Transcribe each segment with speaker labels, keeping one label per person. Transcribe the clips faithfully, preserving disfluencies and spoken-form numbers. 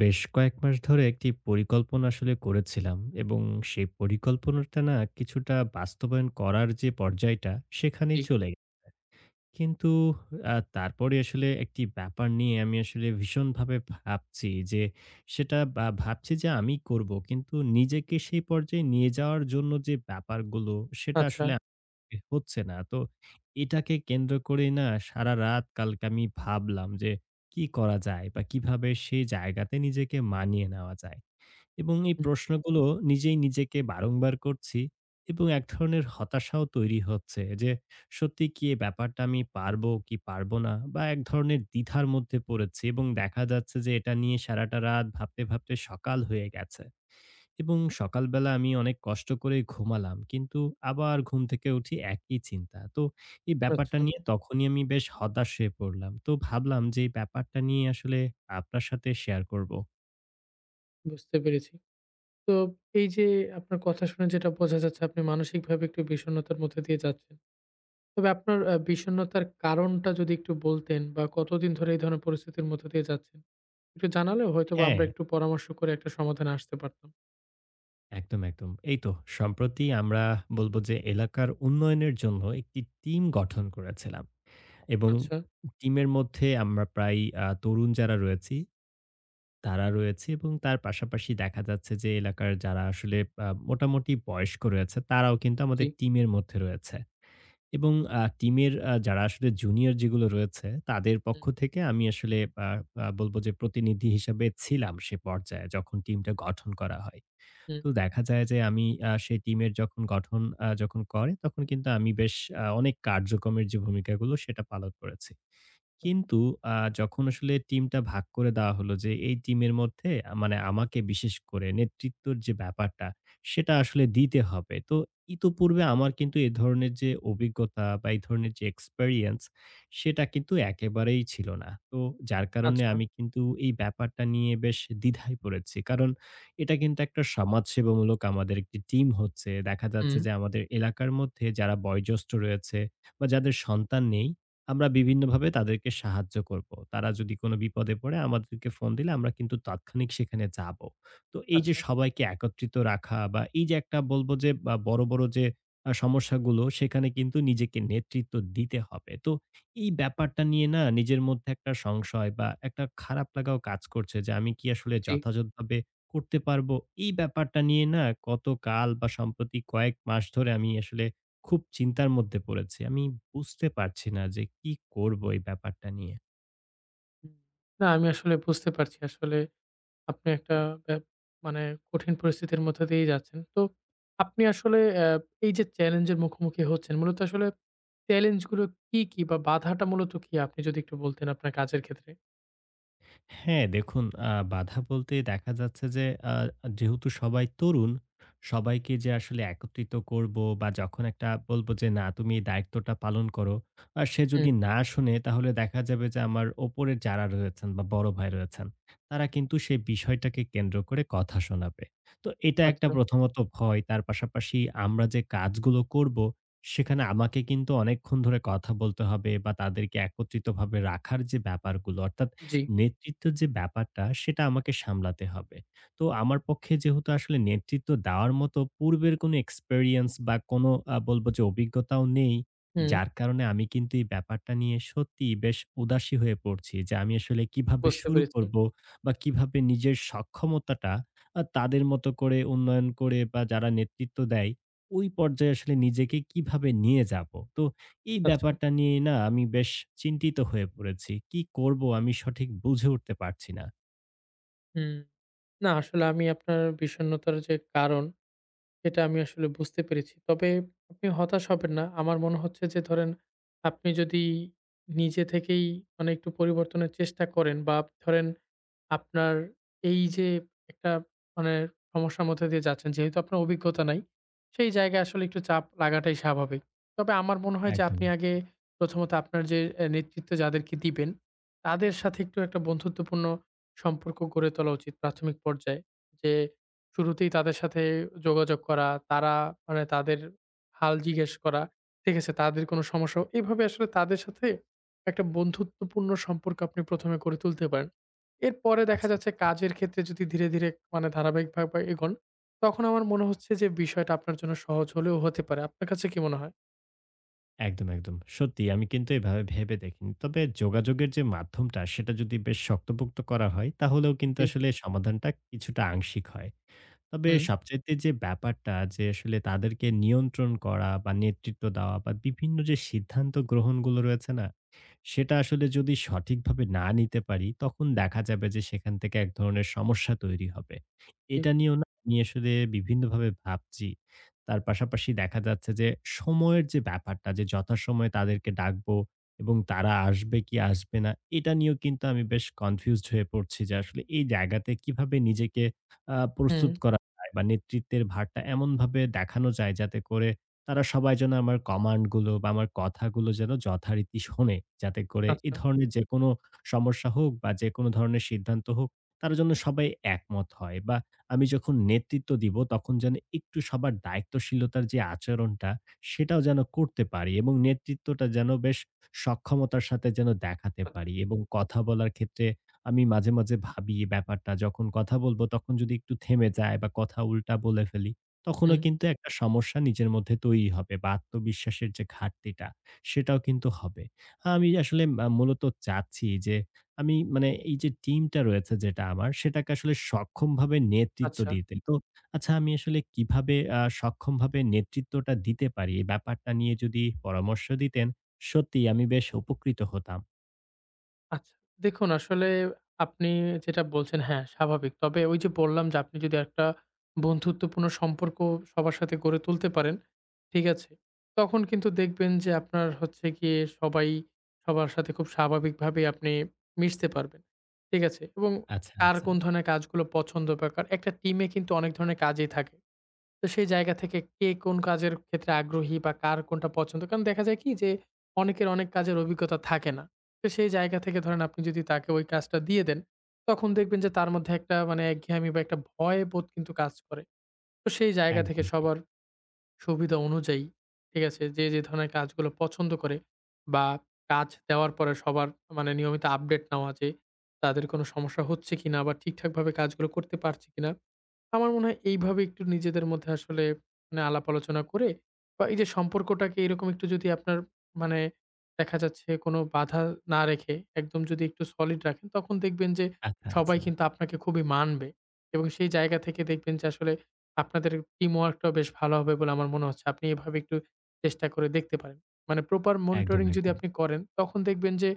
Speaker 1: বেশ কয়েক মাস ধরে একটি পরিকল্পনা আসলে করেছিলাম এবং সেই পরিকল্পনাটা না কিছুটা বাস্তবায়ন করার যে পর্যায়টা
Speaker 2: জি,
Speaker 1: সেখানেই চলে। কিন্তু আ তারপরে আসলে একটি ব্যাপার নিয়ে আমি আসলে ভীষণভাবে ভাবছি যে, সেটা বা ভাবছি যে আমি করব। কিন্তু নিজেকে সেই পর্যায়ে নিয়ে যাওয়ার জন্য যে ব্যাপারগুলো, সেটা
Speaker 2: আচ্ছা।
Speaker 1: আসলে এ হচ্ছে না। তো এটাকে কেন্দ্র করেই না সারারাত কালকে আমি ভাবলাম যে, কি করা যায় বা কিভাবে সেই জায়গাতে নিজেকে মানিয়ে নেওয়া যায়? এবং এই
Speaker 2: হুম,
Speaker 1: প্রশ্নগুলো নিজেই নিজেকে বারংবার করছি এবং এক ধরনের হতাশাও তৈরি হচ্ছে যে সত্যি কি এই ব্যাপারটা আমি পারবো কি পারবো না, বা এক ধরনের দ্বিধার মধ্যে পড়েছি। এবং দেখা যাচ্ছে যে এটা নিয়ে সারাটা রাত ভাবতে ভাবতে সকাল হয়ে গেছে এবং সকালবেলা আমি অনেক কষ্ট করে ঘুমালাম। কিন্তু আবার ঘুম থেকে উঠি একই চিন্তা। তো এই ব্যাপারটা
Speaker 2: আচ্ছা,
Speaker 1: নিয়ে তখনই আমি বেশ হতাশ হয়ে পড়লাম। তো ভাবলাম যে এই ব্যাপারটা নিয়ে আসলে আপনার সাথে শেয়ার করব।
Speaker 2: বুঝতে পেরেছি। তো এই যে আপনার কথা শুনে যেটা বোঝা যাচ্ছে আপনি মানসিকভাবে একটু বিষণ্ণতার মধ্যে দিয়ে যাচ্ছেন। তবে আপনার আ বিষণ্ণতার কারণটা যদি একটু বলতেন বা কতদিন ধরে এই ধরনের পরিস্থিতির মধ্যে দিয়ে যাচ্ছেন? একটু জানালে হয়তোবা
Speaker 1: হ্যাঁ,
Speaker 2: আমরা একটু পরামর্শ করে একটা সমাধানে আসতে পারতাম।
Speaker 1: একদম একদম এই তো সম্প্রতি আমরা বলবো যে এলাকার উন্নয়নের জন্য একটি টিম গঠন করেছিলাম এবং
Speaker 2: আচ্ছা,
Speaker 1: টিমের মধ্যে আমরা প্রায় আ তরুণ যারা রয়েছি, তারা রয়েছে এবং তার পাশাপাশি দেখা যাচ্ছে যে এলাকার যারা আসলে আ মোটামুটি বয়স্ক রয়েছে, তারাও কিন্তু
Speaker 2: জি।
Speaker 1: আমাদের টিমের মধ্যে রয়েছে। এবং আ টিমের আ যারা আসলে জুনিয়র যেগুলো রয়েছে, তাদের পক্ষ
Speaker 2: হুম,
Speaker 1: থেকে আমি আসলে আ আ বলবো যে প্রতিনিধি হিসাবে ছিলাম সে পর্যায়ে যখন টিমটা গঠন করা হয়।
Speaker 2: হুম।
Speaker 1: তো দেখা যায় যে আমি আ সেই টিমের যখন গঠন আ যখন করে তখন কিন্তু আমি বেশ আ অনেক কার্যক্রমের যে ভূমিকাগুলো সেটা পালন করেছি। কিন্তু আ যখন আসলে টিমটা ভাগ করে দেওয়া হলো যে এই টিমের মধ্যে আ মানে আমাকে বিশেষ করে নেতৃত্বর যে ব্যাপারটা সেটা আসলে দিতে হবে। তো ইতপূর্বে আমার কিন্তু এ ধরনের যে অভিজ্ঞতা বা এই ধরনের যে এক্সপেরিয়েন্স সেটা কিন্তু একেবারেই ছিল না। তো যার কারণে
Speaker 2: আচ্ছা,
Speaker 1: আমি কিন্তু এই ব্যাপারটা নিয়ে বেশ দ্বিধায় পড়েছি। কারণ এটা কিন্তু একটা সমাজসেবামূলক আমাদের একটি টিম হচ্ছে। দেখা যাচ্ছে
Speaker 2: হুম,
Speaker 1: যে আমাদের এলাকার মধ্যে যারা বয়োজ্যেষ্ঠ রয়েছে বা যাদের সন্তান নেই, আমরা বিভিন্নভাবে তাদেরকে সাহায্য করব। তারা যদি কোনো বিপদে পড়ে আমাদেরকে ফোন দিলে আমরা কিন্তু তাৎক্ষণিক সেখানে যাব। তো এই
Speaker 2: আচ্ছা,
Speaker 1: যে সবাইকে একত্রিত রাখা বা এই যে একটা বলব যে, বা বড়, বড় যে আ সমস্যাগুলো, সেখানে কিন্তু নিজেকে নেতৃত্ব দিতে হবে। তো এই ব্যাপারটা নিয়ে না নিজের মধ্যে একটা সংশয় বা একটা খারাপ লাগাও কাজ করছে যে আমি কি আসলে
Speaker 2: জি।
Speaker 1: যথাযথভাবে করতে পারবো? এই ব্যাপারটা নিয়ে না গতকাল বা সম্প্রতি কয়েক মাস ধরে আমি আসলে খুব চিন্তার মধ্যে পড়েছি। আমি বুঝতে পারছি না যে কি করব এই ব্যাপারটা নিয়ে?
Speaker 2: হুম। না, আমি আসলে বুঝতে পারছি আসলে আপনি একটা ব্যা মানে কঠিন পরিস্থিতির মধ্য দিয়েই যাচ্ছেন। তো আপনি আসলে অ্যা এই যে চ্যালেঞ্জের মুখোমুখি হচ্ছেন, মূলত আসলে চ্যালেঞ্জ গুলো কি, কি বা বাধাটা মূলত কি? আপনি যদি একটু বলতেন আপনার কাজের ক্ষেত্রে?
Speaker 1: হ্যাঁ, দেখুন আ বাধা বলতে দেখা যাচ্ছে যে আ যেহেতু সবাই তরুণ, সবাইকে যে আসলে একত্রিত করব বা যখন একটা বলব যে না তুমি এই দায়িত্বটা পালন করো। আ সে
Speaker 2: হুম,
Speaker 1: যদি না শোনে তাহলে দেখা যাবে যে আমার ওপরে যারা রয়েছেন বা বড় ভাই রয়েছেন, তারা কিন্তু সেই বিষয়টাকে কেন্দ্র করে কথা শোনাবে। তো এটা একটা
Speaker 2: আচ্ছা।
Speaker 1: প্রথমত ভয়। তার পাশাপাশি আমরা যে কাজগুলো করব, সেখানে আমাকে কিন্তু অনেকক্ষণ ধরে কথা বলতে হবে বা তাদেরকে একত্রিতভাবে রাখার যে ব্যাপারগুলো অর্থাৎ
Speaker 2: জি।
Speaker 1: নেতৃত্বের যে ব্যাপারটা সেটা আমাকে সামলাতে হবে। তো আমার পক্ষে যেহেতু আসলে নেতৃত্ব দেওয়ার মতো পূর্বের কোনো এক্সপেরিয়েন্স বা কোনো আ বলবো যে অভিজ্ঞতাও নেই।
Speaker 2: হুম,
Speaker 1: যার কারণে আমি কিন্তু এই ব্যাপারটা নিয়ে সত্যিই বেশ উদাসী হয়ে পড়ছি যে আমি আসলে কিভাবে
Speaker 2: বুঝতে
Speaker 1: শুরু
Speaker 2: পেরেছি।
Speaker 1: করব বা কিভাবে নিজের সক্ষমতাটা আ তাদের মতো করে উন্নয়ন করে বা যারা নেতৃত্ব দেয় ওই পর্যায়ে আসলে নিজেকে কিভাবে নিয়ে যাব? তো এই
Speaker 2: আচ্ছা।
Speaker 1: ব্যাপারটা নিয়ে না আমি বেশ চিন্তিত হয়ে পড়েছি। কি করব আমি সঠিক বুঝে উঠতে পারছি না।
Speaker 2: হুম। না আসলে আমি আপনার বিষণ্ণতার যে কারণ, সেটা আমি আসলে বুঝতে পেরেছি। তবে আপনি হতাশ হবেন না। আমার মনে হচ্ছে যে ধরেন, আপনি যদি নিজে থেকেই মানে একটু পরিবর্তনের চেষ্টা করেন বা ধরেন আপনার এই যে একটা মানে সমস্যার মধ্যে দিয়ে যাচ্ছেন, যেহেতু আপনার অভিজ্ঞতা নাই, সেই জায়গায় আসলে একটু চাপ লাগাটাই স্বাভাবিক। তবে আমার মনে হয় যে আপনি
Speaker 1: একদমই।
Speaker 2: আগে প্রথমত আপনার যে এ নেতৃত্ব যাদেরকে দিবেন, তাদের সাথে একটু একটা বন্ধুত্বপূর্ণ সম্পর্ক গড়ে তোলা উচিত প্রাথমিক পর্যায়ে। যে শুরুতেই তাদের সাথে যোগাযোগ করা, তারা মানে তাদের হাল জিজ্ঞেস করা, ঠিক আছে? তাদের কোনো সমস্যা, এভাবে আসলে তাদের সাথে একটা বন্ধুত্বপূর্ণ সম্পর্ক আপনি প্রথম এ গড়ে তুলতে পারেন। এরপরে দেখা
Speaker 1: আচ্ছা।
Speaker 2: যাচ্ছে কাজের ক্ষেত্রে যদি ধীরে, ধীরে মানে ধারাবাহিকভাবে এগোন, তখন আমার মনে হচ্ছে যে বিষয়টা আপনার জন্য সহজ হলেও হতে পারে। আপনার কাছে কি মনে হয়?
Speaker 1: একদম, একদম। সত্যি আমি কিন্তু এভাবে ভেবে দেখিনি। তবে যোগাযোগের যে মাধ্যমটা সেটা যদি বেশ শক্তপোক্ত করা হয় তাহলেও কিন্তু
Speaker 2: জি।
Speaker 1: আসলে সমাধানটা কিছুটা আংশিক হয়। তবে
Speaker 2: হুম,
Speaker 1: সবচাইতে যে ব্যাপারটা যে আসলে তাদেরকে নিয়ন্ত্রণ করা বা নেতৃত্ব দেওয়া বা বিভিন্ন যে সিদ্ধান্ত গ্রহণগুলো রয়েছে না? সেটা আসলে যদি সঠিকভাবে না নিতে পারি তখন দেখা যাবে যে সেখান থেকে এক ধরনের সমস্যা তৈরি হবে।
Speaker 2: জি,
Speaker 1: এটা নিয়েও না আমি আসলে বিভিন্নভাবে ভাবছি। তার পাশাপাশি দেখা যাচ্ছে যে সময়ের যে ব্যাপারটা, যে যথাসময়ে তাদেরকে ডাকবো এবং তারা আসবে কি আসবে না, এটা নিয়েও কিন্তু আমি বেশ কনফিউজড হয়ে পড়ছি যে আসলে এই জায়গাতে কিভাবে নিজেকে আহ,
Speaker 2: হুম,
Speaker 1: প্রস্তুত করা যায় বা নেতৃত্বের ভারটা এমনভাবে দেখানো যায় যাতে করে তারা সবাই যেন আমার কমান্ডগুলো বা আমার কথাগুলো যেন যথারীতি শোনে, যাতে করে এই
Speaker 2: আচ্ছা,
Speaker 1: ধরনের যে কোনো সমস্যা হোক বা যে কোনো ধরনের সিদ্ধান্ত হোক তার জন্য সবাই একমত হয় বা আমি যখন নেতৃত্ব দিব তখন যেন একটু সবার দায়িত্বশীলতার যে আচরণটা, সেটাও যেন করতে পারি এবং নেতৃত্বটা যেন বেশ সক্ষমতার সাথে যেন দেখাতে
Speaker 2: আচ্ছা,
Speaker 1: পারি। এবং কথা বলার ক্ষেত্রে আমি মাঝে মাঝে ভাবি এই ব্যাপারটা, যখন কথা বলবো তখন যদি একটু থেমে যায় বা কথা উল্টা বলে ফেলি তখনও
Speaker 2: হুম,
Speaker 1: কিন্তু একটা সমস্যা নিজের মধ্যে তৈরি হবে বা আত্মবিশ্বাসের যে ঘাটতিটা সেটাও কিন্তু হবে। আমি আসলে আহ, মূলত চাচ্ছি যে আমি মানে এই যে টিমটা রয়েছে যেটা আমার, সেটাকে আসলে সক্ষমভাবে নেতৃত্ব
Speaker 2: আচ্ছা।
Speaker 1: দিতে। তো আচ্ছা আমি আসলে কিভাবে আ সক্ষমভাবে নেতৃত্বটা দিতে পারি? এই ব্যাপারটা নিয়ে যদি পরামর্শ দিতেন, সত্যিই আমি বেশ উপকৃত হতাম।
Speaker 2: আচ্ছা। দেখুন আসলে আপনি যেটা বলছেন হ্যাঁ, স্বাভাবিক। তবে ওই যে বললাম যে আপনি যদি একটা বন্ধুত্বপূর্ণ সম্পর্ক সবার সাথে গড়ে তুলতে পারেন, ঠিক আছে? তখন কিন্তু দেখবেন যে আপনার হচ্ছে গিয়ে সবাই সবার সাথে খুব স্বাভাবিকভাবেই আপনি মিশতে পারবেন। ঠিক আছে? এবং
Speaker 1: আচ্ছা,
Speaker 2: কার
Speaker 1: আচ্ছা।
Speaker 2: কোন ধরনের কাজগুলো পছন্দ বা কার, একটা টিমে কিন্তু অনেক ধরনের কাজই থাকে। তো সেই জায়গা থেকে কে কোন কাজের ক্ষেত্রে আগ্রহী বা কার কোনটা পছন্দ? কারণ দেখা যায় কি যে অনেকের অনেক কাজের অভিজ্ঞতা থাকে না। তো সেই জায়গা থেকে ধরেন আপনি যদি তাকে ওই কাজটা দিয়ে দেন, তখন দেখবেন যে তার মধ্যে একটা মানে একঘেয়েমি বা একটা ভয় বোধ কিন্তু কাজ করে। তো সেই জায়গা থেকে
Speaker 1: একদম ঠিক।
Speaker 2: সবার সুবিধা অনুযায়ী, ঠিক আছে? যে, যে ধরনের কাজগুলো পছন্দ করে বা কাজ দেওয়ার পরে সবার মানে নিয়মিত আপডেট নেওয়া যে তাদের কোনো সমস্যা হচ্ছে কিনা বা ঠিকঠাকভাবে কাজগুলো করতে পারছে কিনা, আমার মনে হয় এইভাবে একটু নিজেদের মধ্যে আসলে মানে আলাপ আলোচনা করে বা এই যে সম্পর্কটাকে এরকম একটু যদি আপনার মানে দেখা যাচ্ছে কোনো বাধা না রেখে একদম যদি একটু সলিড রাখেন তখন দেখবেন যে
Speaker 1: আচ্ছা,
Speaker 2: সবাই
Speaker 1: আচ্ছা।
Speaker 2: কিন্তু আপনাকে খুবই মানবে এবং সেই জায়গা থেকে দেখবেন যে আসলে আপনাদের টিম ওয়ার্কটাও বেশ ভালো হবে বলে আমার মনে হচ্ছে। আপনি এভাবে একটু চেষ্টা করে দেখতে পারেন মানে প্রপার
Speaker 1: একদম,
Speaker 2: মনিটরিং যদি
Speaker 1: একদম।
Speaker 2: আপনি করেন তখন দেখবেন যে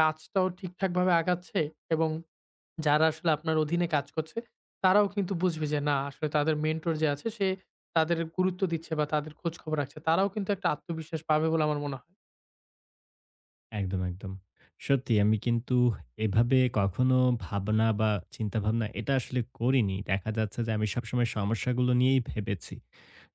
Speaker 2: কাজটাও ঠিকঠাকভাবে আগাচ্ছে এবং যারা আসলে আপনার অধীনে কাজ করছে, তারাও কিন্তু বুঝবে যে না আসলে তাদের মেন্টর যে আছে সে তাদের গুরুত্ব দিচ্ছে বা তাদের খোঁজ খবর রাখছে। তারাও কিন্তু একটা আত্মবিশ্বাস পাবে বলে আমার মনে হয়।
Speaker 1: একদম, একদম। সত্যি আমি কিন্তু এভাবে কখনো ভাবনা বা চিন্তাভাবনা এটা আসলে করিনি। দেখা যাচ্ছে যে আমি সবসময় সমস্যাগুলো নিয়েই ভেবেছি।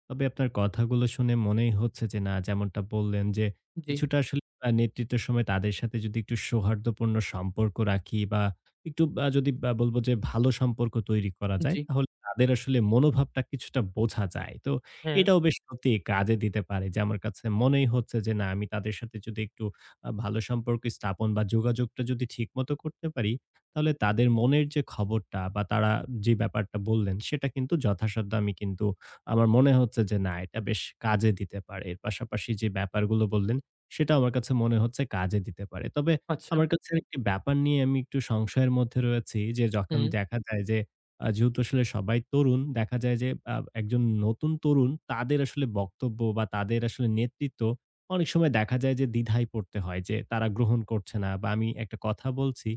Speaker 1: তবে আপনার কথাগুলো শুনে মনেই হচ্ছে যে না, যেমনটা বললেন যে
Speaker 2: জি,
Speaker 1: কিছুটা আসলে আ নেতৃত্বের সময় তাদের সাথে যদি একটু সৌহার্দ্যপূর্ণ সম্পর্ক রাখি বা একটু আ যদি আ বলব যে ভালো সম্পর্ক তৈরি করা যায়
Speaker 2: জি।
Speaker 1: তাহলে তাদের আসলে মনোভাবটা কিছুটা বোঝা যায়। তো
Speaker 2: হ্যাঁ,
Speaker 1: এটাও বেশ সত্যি কাজে দিতে পারে, যে আমার কাছে মনেই হচ্ছে যে না, আমি তাদের সাথে যদি একটু আ ভালো সম্পর্ক স্থাপন বা যোগাযোগটা যদি ঠিকমতো করতে পারি, তাহলে তাদের মনের যে খবরটা বা তারা যে ব্যাপারটা বললেন, সেটা কিন্তু যথাসাধ্য আমি কিন্তু আমার মনে হচ্ছে যে না, এটা বেশ কাজে দিতে পারে। এর পাশাপাশি যে ব্যাপারগুলো বললেন, সেটাও আমার কাছে মনে হচ্ছে কাজে দিতে পারে। তবে
Speaker 2: আচ্ছা।
Speaker 1: আমার কাছে একটি ব্যাপার নিয়ে আমি একটু সংশয়ের মধ্যে রয়েছি যে যখন
Speaker 2: হুম,
Speaker 1: দেখা যায় যে আ যেহেতু আসলে সবাই তরুণ, দেখা যায় যে আ একজন নতুন তরুণ তাদের আসলে বক্তব্য বা তাদের আসলে নেতৃত্ব, অনেক সময় দেখা যায় যে দ্বিধায় পড়তে হয় যে তারা গ্রহণ করছে না বা আমি একটা কথা বলছি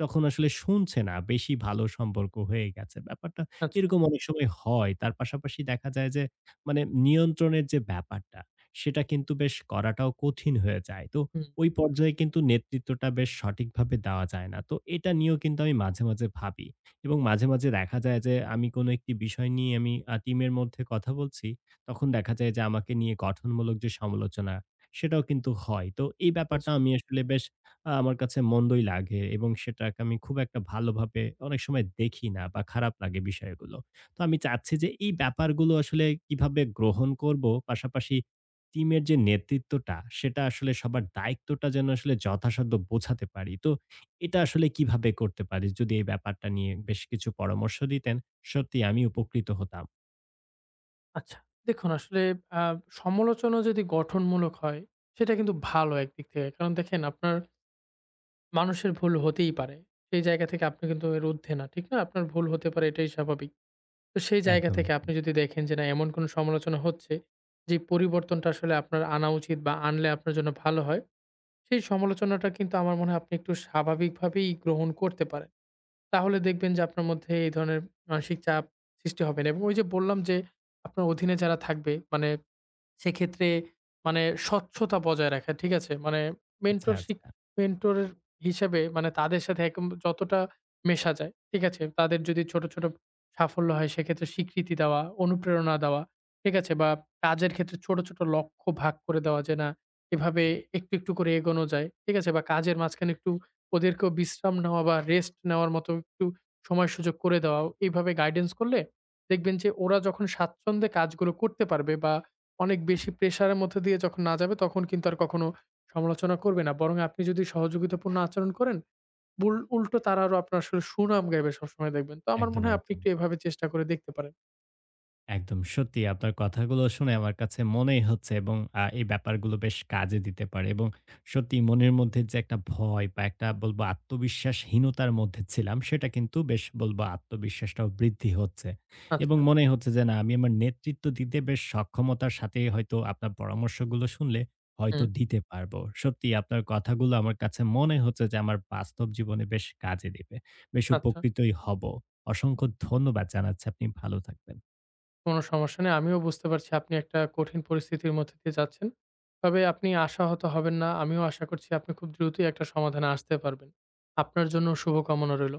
Speaker 1: যখন আসলে শুনছে না, বেশি ভালো সম্পর্ক হয়ে গেছে ব্যাপারটা
Speaker 2: আচ্ছা।
Speaker 1: এরকম অনেক সময় হয়। তার পাশাপাশি দেখা যায় যে মানে নিয়ন্ত্রণের যে ব্যাপারটা সেটা কিন্তু বেশ করাটাও কঠিন হয়ে যায়। তো
Speaker 2: হুম,
Speaker 1: ওই পর্যায়ে কিন্তু নেতৃত্বটা বেশ সঠিকভাবে দেওয়া যায় না। তো এটা নিয়েও কিন্তু আমি মাঝে মাঝে ভাবি এবং মাঝে মাঝে দেখা যায় যে আমি কোনো একটি বিষয় নিয়ে আমি টিমের মধ্যে কথা বলছি, তখন দেখা যায় যে আমাকে নিয়ে গঠনমূলক যে সমালোচনা সেটাও কিন্তু হয়। তো এই ব্যাপারটা
Speaker 2: আচ্ছা,
Speaker 1: আমি আসলে বেশ আ আমার কাছে মন্দই লাগে এবং সেটাকে আমি খুব একটা ভালোভাবে অনেক সময় দেখি না বা খারাপ লাগে বিষয়গুলো। তো আমি চাচ্ছি যে এই ব্যাপারগুলো আসলে কিভাবে গ্রহণ করব? পাশাপাশি টিমের যে নেতৃত্বটা সেটা আসলে সবার দায়িত্বটা যেন আসলে যথাসাধ্য বোঝাতে পারি। তো এটা আসলে কিভাবে করতে পারি? যদি এই ব্যাপারটা নিয়ে বেশ কিছু পরামর্শ দিতেন, সত্যিই আমি উপকৃত হতাম।
Speaker 2: আচ্ছা। দেখুন আসলে আ সমালোচনা যদি গঠনমূলক হয় সেটা কিন্তু ভালো একদিক থেকে। কারণ দেখেন আপনার মানুষের ভুল হতেই পারে। সেই জায়গা থেকে আপনি কিন্তু এর ঊর্ধ্বে না। ঠিক না? আপনার ভুল হতে পারে, এটাই স্বাভাবিক। তো সেই জায়গা
Speaker 1: একদম,
Speaker 2: থেকে
Speaker 1: একদম।
Speaker 2: আপনি যদি দেখেন যে না এমন কোনো সমালোচনা হচ্ছে, যে পরিবর্তনটা আসলে আপনার আনা উচিত বা আনলে আপনার জন্য ভালো হয়, সেই সমালোচনাটা কিন্তু আমার মনে হয় আপনি একটু স্বাভাবিকভাবেই গ্রহণ করতে পারেন। তাহলে দেখবেন যে আপনার মধ্যে এই ধরনের মানসিক চাপ সৃষ্টি হবে না এবং ওই যে বললাম যে আপনার অধীনে যারা থাকবে মানে সেক্ষেত্রে মানে স্বচ্ছতা বজায় রাখা, ঠিক আছে? মানে
Speaker 1: আচ্ছা,
Speaker 2: মেন্টরশিপ,
Speaker 1: আচ্ছা।
Speaker 2: মেন্টর হিসেবে মানে তাদের সাথে একদম যতটা মেশা যায়, ঠিক আছে? তাদের যদি ছোট, ছোট সাফল্য হয় সেক্ষেত্রে স্বীকৃতি দেওয়া, অনুপ্রেরণা দেওয়া, ঠিক আছে? বা কাজের ক্ষেত্রে ছোট, ছোট লক্ষ্য ভাগ করে দেওয়া যে না এভাবে একটু, একটু করে এগোনো যায়, ঠিক আছে? বা কাজের মাঝখানে একটু ওদেরকেও বিশ্রাম নেওয়া বা রেস্ট নেওয়ার মতো একটু সময় সুযোগ করে দেওয়া। এইভাবে গাইডেন্স করলে দেখবেন যে ওরা যখন স্বাচ্ছন্দ্যে কাজগুলো করতে পারবে বা অনেক বেশি প্রেশারের মধ্যে দিয়ে যখন না যাবে, তখন কিন্তু আর কখনো সমালোচনা করবে না। বরং আপনি যদি সহযোগিতাপূর্ণ আচরণ করেন, বুল উল্টো তারা আরো আপনার আসলে সুনাম গাইবে সবসময় দেখবেন। তো আমার
Speaker 1: একদম,
Speaker 2: মনে হয় আপনি
Speaker 1: একদম।
Speaker 2: একটু এভাবে চেষ্টা করে দেখতে পারেন।
Speaker 1: একদম সত্যি আপনার কথাগুলো শুনে আমার কাছে মনেই হচ্ছে এবং আ এই ব্যাপারগুলো বেশ কাজে দিতে পারে এবং সত্যি মনের মধ্যে যে একটা ভয় বা একটা বলবো আত্মবিশ্বাসহীনতার মধ্যে ছিলাম সেটা কিন্তু বেশ, বলবো আত্মবিশ্বাসটাও বৃদ্ধি হচ্ছে এবং
Speaker 2: আচ্ছা,
Speaker 1: মনে হচ্ছে যে না, আমি আমার নেতৃত্ব দিতে বেশ সক্ষমতার সাথে হয়তো আপনার পরামর্শগুলো শুনলে হয়তো
Speaker 2: হুম,
Speaker 1: দিতে পারবো। সত্যি আপনার কথাগুলো আমার কাছে মনে হচ্ছে যে আমার বাস্তব জীবনে বেশ কাজে দিবে। বেশ
Speaker 2: আচ্ছা।
Speaker 1: উপকৃতই হব। অসংখ্য ধন্যবাদ জানাচ্ছি। আপনি ভালো থাকবেন।
Speaker 2: কোনো সমস্যা নেই। আমিও বুঝতে পারছি আপনি একটা কঠিন পরিস্থিতির মধ্যে দিয়ে যাচ্ছেন। তবে আপনি আশাহত হবেন না। আমিও আশা করছি আপনি খুব দ্রুতই একটা সমাধানে আসতে পারবেন। আপনার জন্য শুভকামনা রইল।